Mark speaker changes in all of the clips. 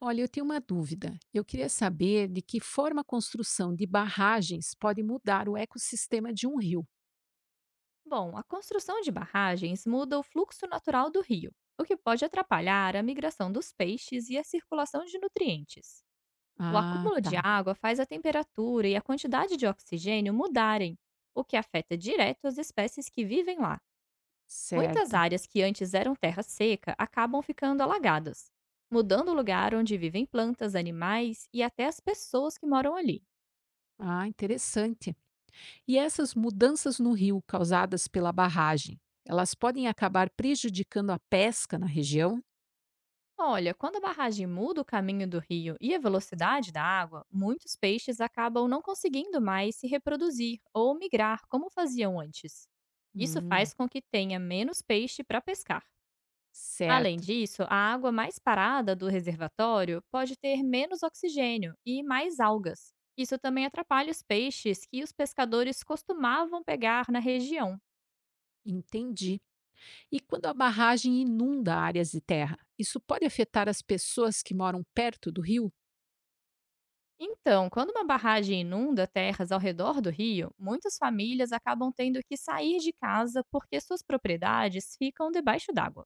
Speaker 1: Olha, eu tenho uma dúvida. Eu queria saber de que forma a construção de barragens pode mudar o ecossistema de um rio.
Speaker 2: Bom, a construção de barragens muda o fluxo natural do rio, o que pode atrapalhar a migração dos peixes e a circulação de nutrientes. O
Speaker 1: Ah,
Speaker 2: acúmulo de
Speaker 1: tá.
Speaker 2: água faz a temperatura e a quantidade de oxigênio mudarem, o que afeta direto as espécies que vivem lá. Muitas
Speaker 1: Certa.
Speaker 2: áreas que antes eram terra seca acabam ficando alagadas, mudando o lugar onde vivem plantas, animais e até as pessoas que moram ali.
Speaker 1: Ah, interessante. E essas mudanças no rio causadas pela barragem, elas podem acabar prejudicando a pesca na região?
Speaker 2: Olha, quando a barragem muda o caminho do rio e a velocidade da água, muitos peixes acabam não conseguindo mais se reproduzir ou migrar como faziam antes. Isso
Speaker 1: Hum,
Speaker 2: faz com que tenha menos peixe para pescar. Além
Speaker 1: certo.
Speaker 2: disso, a água mais parada do reservatório pode ter menos oxigênio e mais algas. Isso também atrapalha os peixes que os pescadores costumavam pegar na região.
Speaker 1: Entendi. E quando a barragem inunda áreas de terra, isso pode afetar as pessoas que moram perto do rio?
Speaker 2: Então, quando uma barragem inunda terras ao redor do rio, muitas famílias acabam tendo que sair de casa porque suas propriedades ficam debaixo d'água.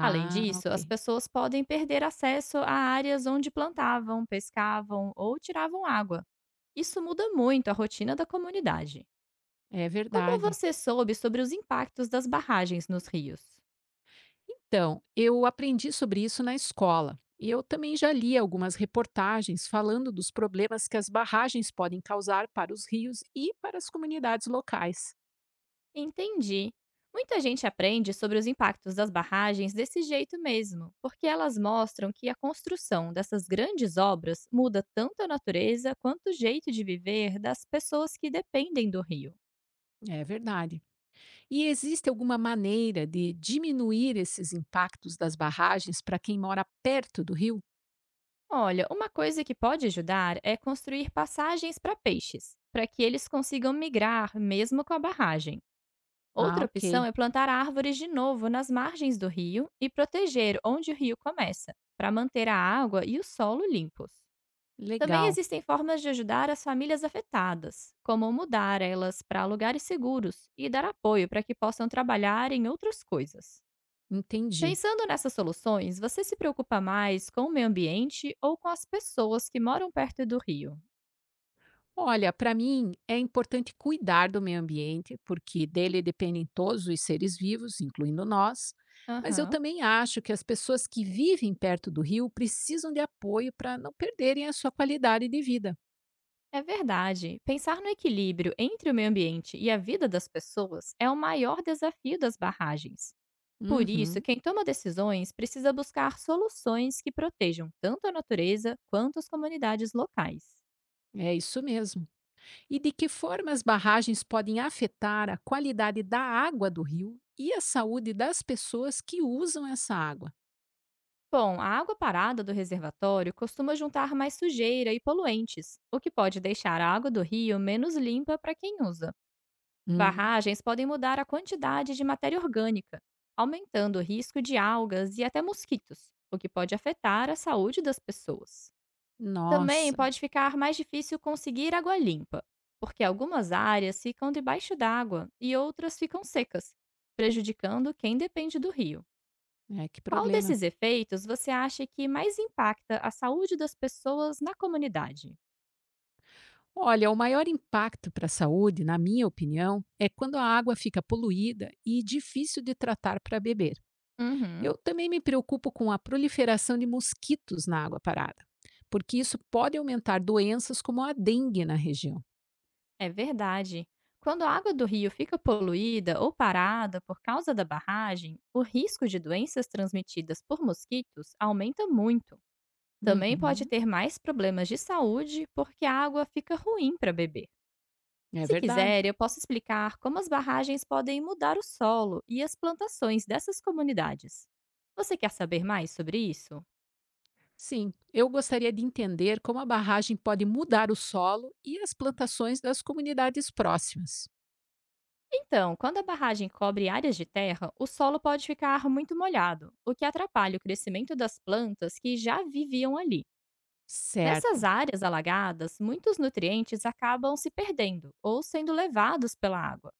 Speaker 2: Além disso,
Speaker 1: ok.
Speaker 2: as pessoas podem perder acesso a áreas onde plantavam, pescavam ou tiravam água. Isso muda muito a rotina da comunidade.
Speaker 1: É
Speaker 2: Como
Speaker 1: verdade.
Speaker 2: você soube sobre os impactos das barragens nos rios?
Speaker 1: Então, eu aprendi sobre isso na escola. E eu também já li algumas reportagens falando dos problemas que as barragens podem causar para os rios e para as comunidades locais.
Speaker 2: Entendi. Muita gente aprende sobre os impactos das barragens desse jeito mesmo, porque elas mostram que a construção dessas grandes obras muda tanto a natureza quanto o jeito de viver das pessoas que dependem do rio.
Speaker 1: É verdade. E existe alguma maneira de diminuir esses impactos das barragens para quem mora perto do rio?
Speaker 2: Olha, uma coisa que pode ajudar é construir passagens para peixes, para que eles consigam migrar mesmo com a barragem.
Speaker 1: Ah,
Speaker 2: Outra opção
Speaker 1: ok.
Speaker 2: é plantar árvores de novo nas margens do rio e proteger onde o rio começa, para manter a água e o solo limpos. Também
Speaker 1: Legal.
Speaker 2: existem formas de ajudar as famílias afetadas, como mudar elas para lugares seguros e dar apoio para que possam trabalhar em outras coisas.
Speaker 1: Entendi.
Speaker 2: Pensando nessas soluções, você se preocupa mais com o meio ambiente ou com as pessoas que moram perto do rio?
Speaker 1: Olha, para mim é importante cuidar do meio ambiente, porque dele dependem todos os seres vivos, incluindo nós. Mas eu
Speaker 2: Aham.
Speaker 1: também acho que as pessoas que vivem perto do rio precisam de apoio para não perderem a sua qualidade de vida.
Speaker 2: É verdade. Pensar no equilíbrio entre o meio ambiente e a vida das pessoas é o maior desafio das barragens. Por isso,
Speaker 1: Uhum,
Speaker 2: quem toma decisões precisa buscar soluções que protejam tanto a natureza quanto as comunidades locais.
Speaker 1: é isso mesmo. E de que forma as barragens podem afetar a qualidade da água do rio e a saúde das pessoas que usam essa água?
Speaker 2: Bom, a água parada do reservatório costuma juntar mais sujeira e poluentes, o que pode deixar a água do rio menos limpa para quem usa.
Speaker 1: Hum,
Speaker 2: Barragens podem mudar a quantidade de matéria orgânica, aumentando o risco de algas e até mosquitos, o que pode afetar a saúde das pessoas. Também
Speaker 1: nossa,
Speaker 2: pode ficar mais difícil conseguir água limpa, porque algumas áreas ficam debaixo d'água e outras ficam secas, prejudicando quem depende do rio.
Speaker 1: é que
Speaker 2: Qual
Speaker 1: problema.
Speaker 2: desses efeitos você acha que mais impacta a saúde das pessoas na comunidade?
Speaker 1: Olha, o maior impacto para a saúde, na minha opinião, é quando a água fica poluída e difícil de tratar para beber.
Speaker 2: Uhum.
Speaker 1: Eu também me preocupo com a proliferação de mosquitos na água parada, porque isso pode aumentar doenças como a dengue na região.
Speaker 2: É verdade. Quando a água do rio fica poluída ou parada por causa da barragem, o risco de doenças transmitidas por mosquitos aumenta muito. Também pode
Speaker 1: Uhum,
Speaker 2: ter mais problemas de saúde porque a água fica ruim para beber.
Speaker 1: é
Speaker 2: Se
Speaker 1: verdade.
Speaker 2: quiser, eu posso explicar como as barragens podem mudar o solo e as plantações dessas comunidades. Você quer saber mais sobre isso?
Speaker 1: Sim, eu gostaria de entender como a barragem pode mudar o solo e as plantações das comunidades próximas.
Speaker 2: Então, quando a barragem cobre áreas de terra, o solo pode ficar muito molhado, o que atrapalha o crescimento das plantas que já viviam ali. Nessas
Speaker 1: Certo.
Speaker 2: áreas alagadas, muitos nutrientes acabam se perdendo ou sendo levados pela água.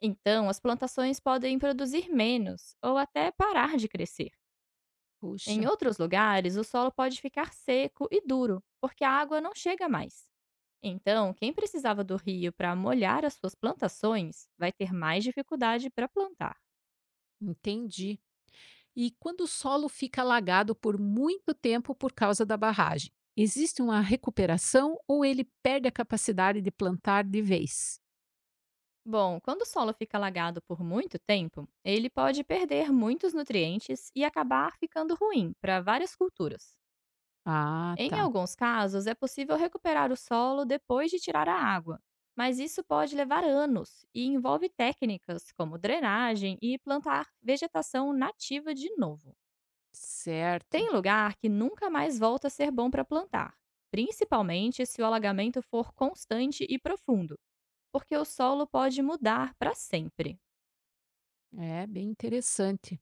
Speaker 2: Então, as plantações podem produzir menos ou até parar de crescer.
Speaker 1: Puxa,
Speaker 2: Em outros lugares, o solo pode ficar seco e duro, porque a água não chega mais. Então, quem precisava do rio para molhar as suas plantações vai ter mais dificuldade para plantar.
Speaker 1: entendi. E quando o solo fica alagado por muito tempo por causa da barragem, existe uma recuperação ou ele perde a capacidade de plantar de vez?
Speaker 2: Bom, quando o solo fica alagado por muito tempo, ele pode perder muitos nutrientes e acabar ficando ruim para várias culturas.
Speaker 1: Ah,
Speaker 2: Em
Speaker 1: tá.
Speaker 2: alguns casos, é possível recuperar o solo depois de tirar a água, mas isso pode levar anos e envolve técnicas como drenagem e plantar vegetação nativa de novo.
Speaker 1: Certo.
Speaker 2: Tem lugar que nunca mais volta a ser bom para plantar, principalmente se o alagamento for constante e profundo, porque o solo pode mudar para sempre.
Speaker 1: É bem interessante.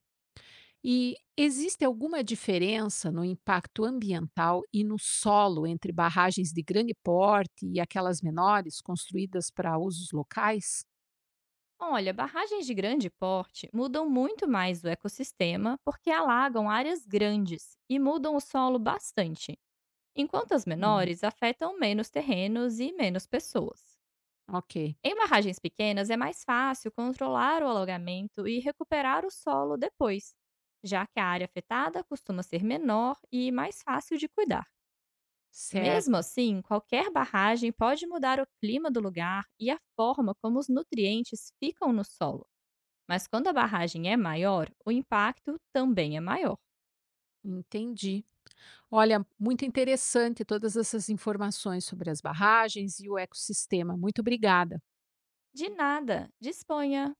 Speaker 1: E existe alguma diferença no impacto ambiental e no solo entre barragens de grande porte e aquelas menores construídas para usos locais?
Speaker 2: Olha, barragens de grande porte mudam muito mais o ecossistema porque alagam áreas grandes e mudam o solo bastante, enquanto as
Speaker 1: Hum,
Speaker 2: menores afetam menos terrenos e menos pessoas.
Speaker 1: ok,
Speaker 2: Em barragens pequenas é mais fácil controlar o alagamento e recuperar o solo depois, já que a área afetada costuma ser menor e mais fácil de cuidar. Mesmo
Speaker 1: certo,
Speaker 2: assim, qualquer barragem pode mudar o clima do lugar e a forma como os nutrientes ficam no solo, mas quando a barragem é maior, o impacto também é maior.
Speaker 1: entendi. Olha, muito interessante todas essas informações sobre as barragens e o ecossistema. Muito obrigada.
Speaker 2: De nada, disponha!